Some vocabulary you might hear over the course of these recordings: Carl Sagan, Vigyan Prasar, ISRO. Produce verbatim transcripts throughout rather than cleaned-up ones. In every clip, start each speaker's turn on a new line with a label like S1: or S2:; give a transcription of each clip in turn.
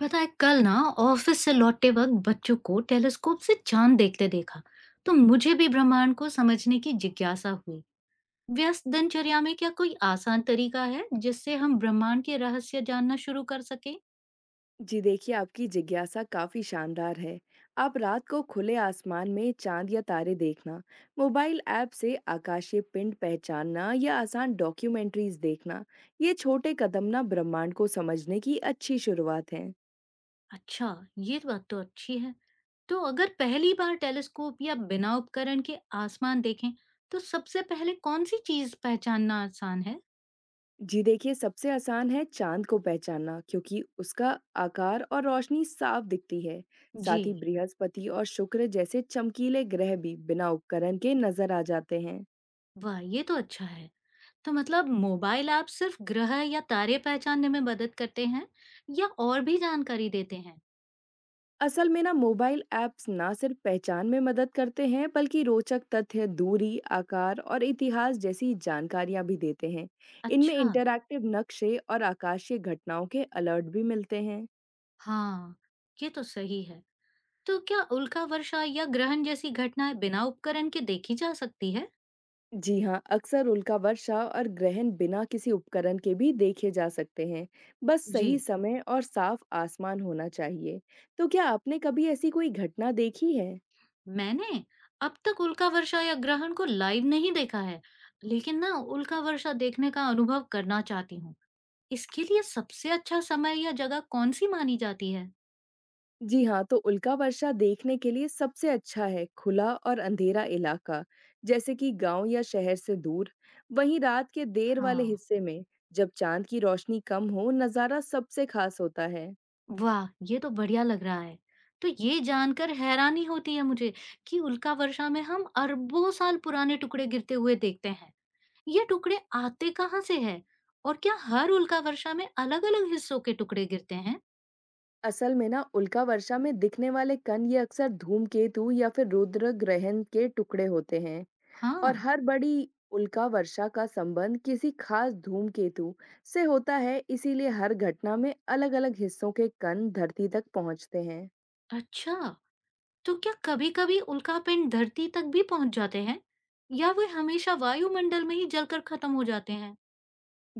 S1: पता है कल ना ऑफिस से लौटते वक्त बच्चों को टेलीस्कोप से चांद देखते देखा। तो मुझे भी ब्रह्मांड को समझने की जिज्ञासा हुई। व्यस्त दिनचर्या में क्या कोई आसान तरीका है जिससे हम ब्रह्मांड के रहस्य जानना शुरू कर सकें।
S2: जी देखिए, आपकी जिज्ञासा काफ़ी शानदार है। आप रात को खुले आसमान में चाँद या तारे देखना, मोबाइल ऐप से आकाशीय पिंड पहचानना या आसान डॉक्यूमेंट्रीज़ देखना, ये छोटे कदम ना ब्रह्मांड को समझने की अच्छी शुरुआत है।
S1: अच्छा, ये बात तो अच्छी है। तो अगर पहली बार टेलीस्कोप या बिना उपकरण के आसमान देखें, तो सबसे पहले कौन सी चीज पहचानना आसान है।
S2: जी देखिए, सबसे आसान है चाँद को पहचानना क्योंकि उसका आकार और रोशनी साफ दिखती है।
S1: जी,
S2: साथ ही बृहस्पति और शुक्र जैसे चमकीले ग्रह भी बिना उपकरण के नज़र आ जाते हैं।
S1: वाह ये तो अच्छा है। तो मतलब मोबाइल ऐप सिर्फ ग्रह या तारे पहचानने में मदद करते हैं, या और भी जानकारी देते हैं?
S2: असल में ना मोबाइल ऐप्स ना सिर्फ पहचान में मदद करते हैं बल्कि रोचक तथ्य दूरी आकार और इतिहास जैसी जानकारियां भी देते हैं। इनमें
S1: अच्छा,
S2: इंटरैक्टिव नक्शे और आकाशीय घटनाओं के अलर्ट भी मिलते हैं।
S1: हाँ, ये तो सही है। तो क्या उल्का वर्षा या ग्रहण जैसी घटनाएं बिना उपकरण के देखी जा सकती है?
S2: जी हाँ, अक्सर उल्का वर्षा और ग्रहण बिना किसी उपकरण के भी देखे जा सकते हैं। बस सही
S1: जी,
S2: समय और साफ आसमान होना चाहिए। तो क्या आपने कभी ऐसी कोई घटना देखी है?
S1: मैंने अब तक उल्का वर्षा या ग्रहण को लाइव नहीं देखा है, लेकिन ना उल्का वर्षा देखने का अनुभव करना चाहती हूँ। इसके लिए सबसे अच्छा समय या जगह कौन सी मानी जाती है?
S2: जी हाँ, तो उल्का वर्षा देखने के लिए सबसे अच्छा है खुला और अंधेरा इलाका, जैसे कि गांव या शहर से दूर। वहीं रात के देर वाले
S1: हाँ,
S2: हिस्से में, जब चांद की रोशनी कम हो, नज़ारा सबसे खास होता है।
S1: वाह! ये तो बढ़िया लग रहा है। तो ये जानकर हैरानी होती है मुझे कि उल्का वर्षा में हम अरबों साल पुराने टुकड़े गिरते हुए देखते हैं। ये टुकड़े आते कहाँ से हैं? और क्या हर उल्का वर्षा में अलग-अलग हिस्सों के टुकड़े गिरते हैं?
S2: असल में ना उल्का वर्षा में दिखने वाले कण ये अक्सर धूमकेतु या फिर रुद्र ग्रहण के टुकड़े होते हैं। और
S1: हाँ,
S2: हर बड़ी उल्का वर्षा का संबंध किसी खास धूमकेतु से होता है, इसीलिए हर घटना में अलग-अलग हिस्सों के कण धरती तक पहुंचते हैं।
S1: अच्छा। तो क्या कभी-कभी उल्कापिंड धरती तक भी पहुँच जाते हैं? या वे हमेशा वायुमंडल में ही जलकर खत्म हो जाते हैं?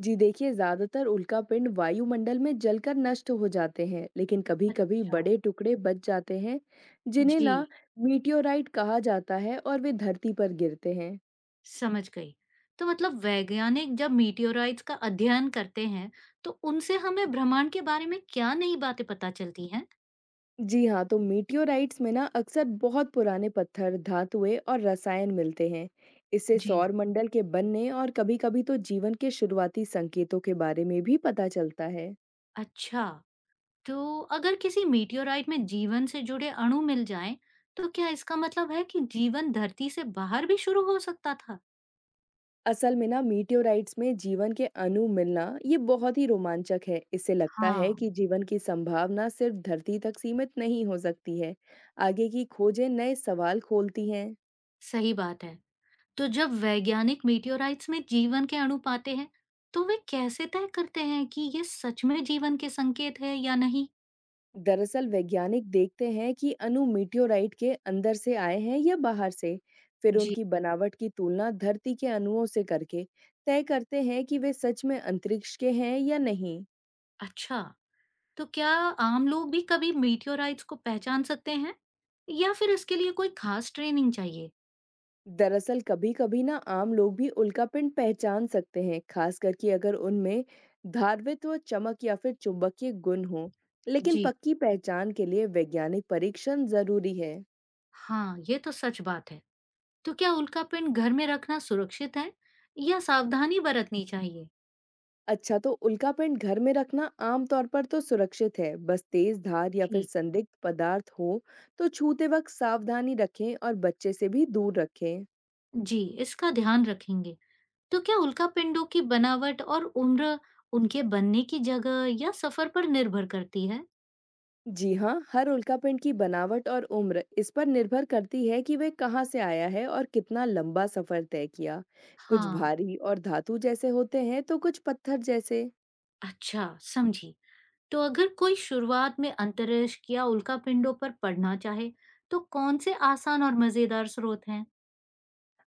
S2: जी देखिए, ज़्यादातर उल्कापिंड वायुमंडल में जलकर नष्ट हो जाते हैं, लेकिन कभी-कभी
S1: अच्छा,
S2: बड़े टुकड़े बच जाते हैं, जिन्हें
S1: जी।
S2: ना मीटियोराइट कहा जाता है और वे धरती पर गिरते हैं।
S1: समझ गई। तो मतलब वैज्ञानिक जब मीटियोराइट्स का अध्ययन करते हैं, तो उनसे हमें ब्रह्मांड के बारे में क्या नई बातें पता चलती हैं?
S2: जी हाँ, तो मीटियोराइट्स में ना अक्सर बहुत पुराने पत्थर, धातुएं और रसायन मिलते हैं। इससे
S1: जी,
S2: सौर मंडल के बनने और कभी-कभी तो जीवन के शुरुआती संकेतों के बारे में भी पता चलता है।
S1: अच्छा। तो अगर किसी मीटियोराइट में जीवन से जुड़े अणु मिल जाएं, तो क्या इसका मतलब है कि जीवन धरती से बाहर भी शुरू हो सकता था?
S2: असल में ना मीटियोराइट्स में जीवन के अणु मिलना ये बहुत ही रोमांचक है। इससे लगता है
S1: हाँ,
S2: कि जीवन की संभावना सिर्फ धरती तक सीमित नहीं हो सकती है। आगे की खोजें नए सवाल खोलती हैं।
S1: सही बात है। तो जब वैज्ञानिक मीटियोराइट्स में जीवन के अणु पाते हैं, तो वे कैसे तय करते हैं कि ये सच में जीवन के संकेत है या नहीं?
S2: दरअसल वैज्ञानिक देखते हैं कि अणु मीटियोराइट के अंदर से आए हैं या बाहर से, फिर
S1: जी,
S2: उनकी बनावट की तुलना धरती के अणुओं से करके तय करते हैं कि वे सच में अंतरिक्ष के हैं या नहीं।
S1: अच्छा। तो क्या आम लोग भी कभी मीटियोराइट्स को पहचान सकते हैं, या फिर इसके लिए कोई खास ट्रेनिंग चाहिए?
S2: दरअसल कभी-कभी ना आम लोग भी उल्कापिंड पहचान सकते हैं, खासकर कि अगर उनमें धारवित्व, चमक या फिर चुंबकीय गुण हो। लेकिन
S1: जी
S2: पक्की पहचान के लिए वैज्ञानिक परीक्षण जरूरी है।
S1: हाँ, ये तो सच बात है। तो क्या उल्कापिंड घर में रखना सुरक्षित है, या सावधानी बरतनी चाहिए?
S2: अच्छा, तो उल्कापिंड घर में रखना आमतौर पर तो सुरक्षित है, बस तेज धार या फिर
S1: ठीक।
S2: संदिग्ध पदार्थ हो तो छूते वक्त सावधानी रखें और बच्चे से भी दूर रखें।
S1: जी, इसका ध्यान रखेंगे। तो क्या उल्कापिंडों की बनावट और उम्र उनके बनने की जगह या सफर पर निर्भर करती है?
S2: जी हाँ, हर उल्कापिंड की बनावट और उम्र इस पर निर्भर करती है कि वह कहाँ से आया है और कितना लंबा सफर तय किया। कुछ
S1: हाँ,
S2: भारी और धातु जैसे होते हैं तो कुछ पत्थर जैसे।
S1: अच्छा, समझी। तो अगर कोई शुरुआत में अंतरिक्ष या उल्कापिंडों पर पढ़ना चाहे, तो कौन से आसान और मजेदार स्रोत हैं?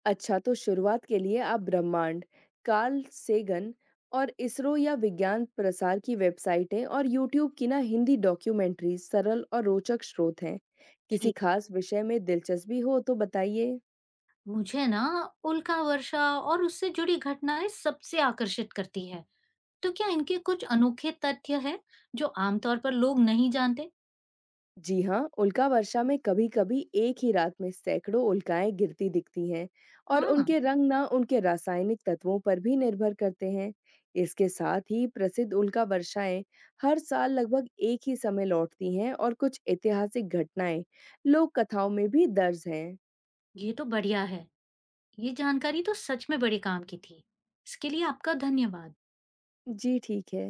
S2: अच्छा, तो शुरुआत के लिए आप ब्रह्मांड, कार्ल सेगन और इसरो या विज्ञान प्रसार की वेबसाइटें और यूट्यूब की ना हिंदी डॉक्यूमेंट्री सरल और रोचक स्रोत हैं। किसी
S1: ठीक।
S2: खास विषय में दिलचस्पी हो तो बताइए।
S1: मुझे ना उल्का वर्षा और उससे जुड़ी घटनाएं सबसे आकर्षित करती है। तो क्या इनके कुछ अनोखे तथ्य हैं जो आमतौर पर लोग नहीं जानते?
S2: जी हाँ, उल्का वर्षा में कभी-कभी एक ही रात में सैकड़ों उल्काएँ गिरती दिखती हैं और
S1: हाँ,
S2: उनके रंग ना उनके रासायनिक तत्वों पर भी निर्भर करते हैं। इसके साथ ही प्रसिद्ध उल्का वर्षाएँ हर साल लगभग एक ही समय लौटती हैं और कुछ ऐतिहासिक घटनाएँ लोक कथाओं में भी दर्ज हैं।
S1: ये तो बढ़िया है। ये जानकारी तो सच में बड़े काम की थी। इसके लिए आपका धन्यवाद।
S2: जी, ठीक है।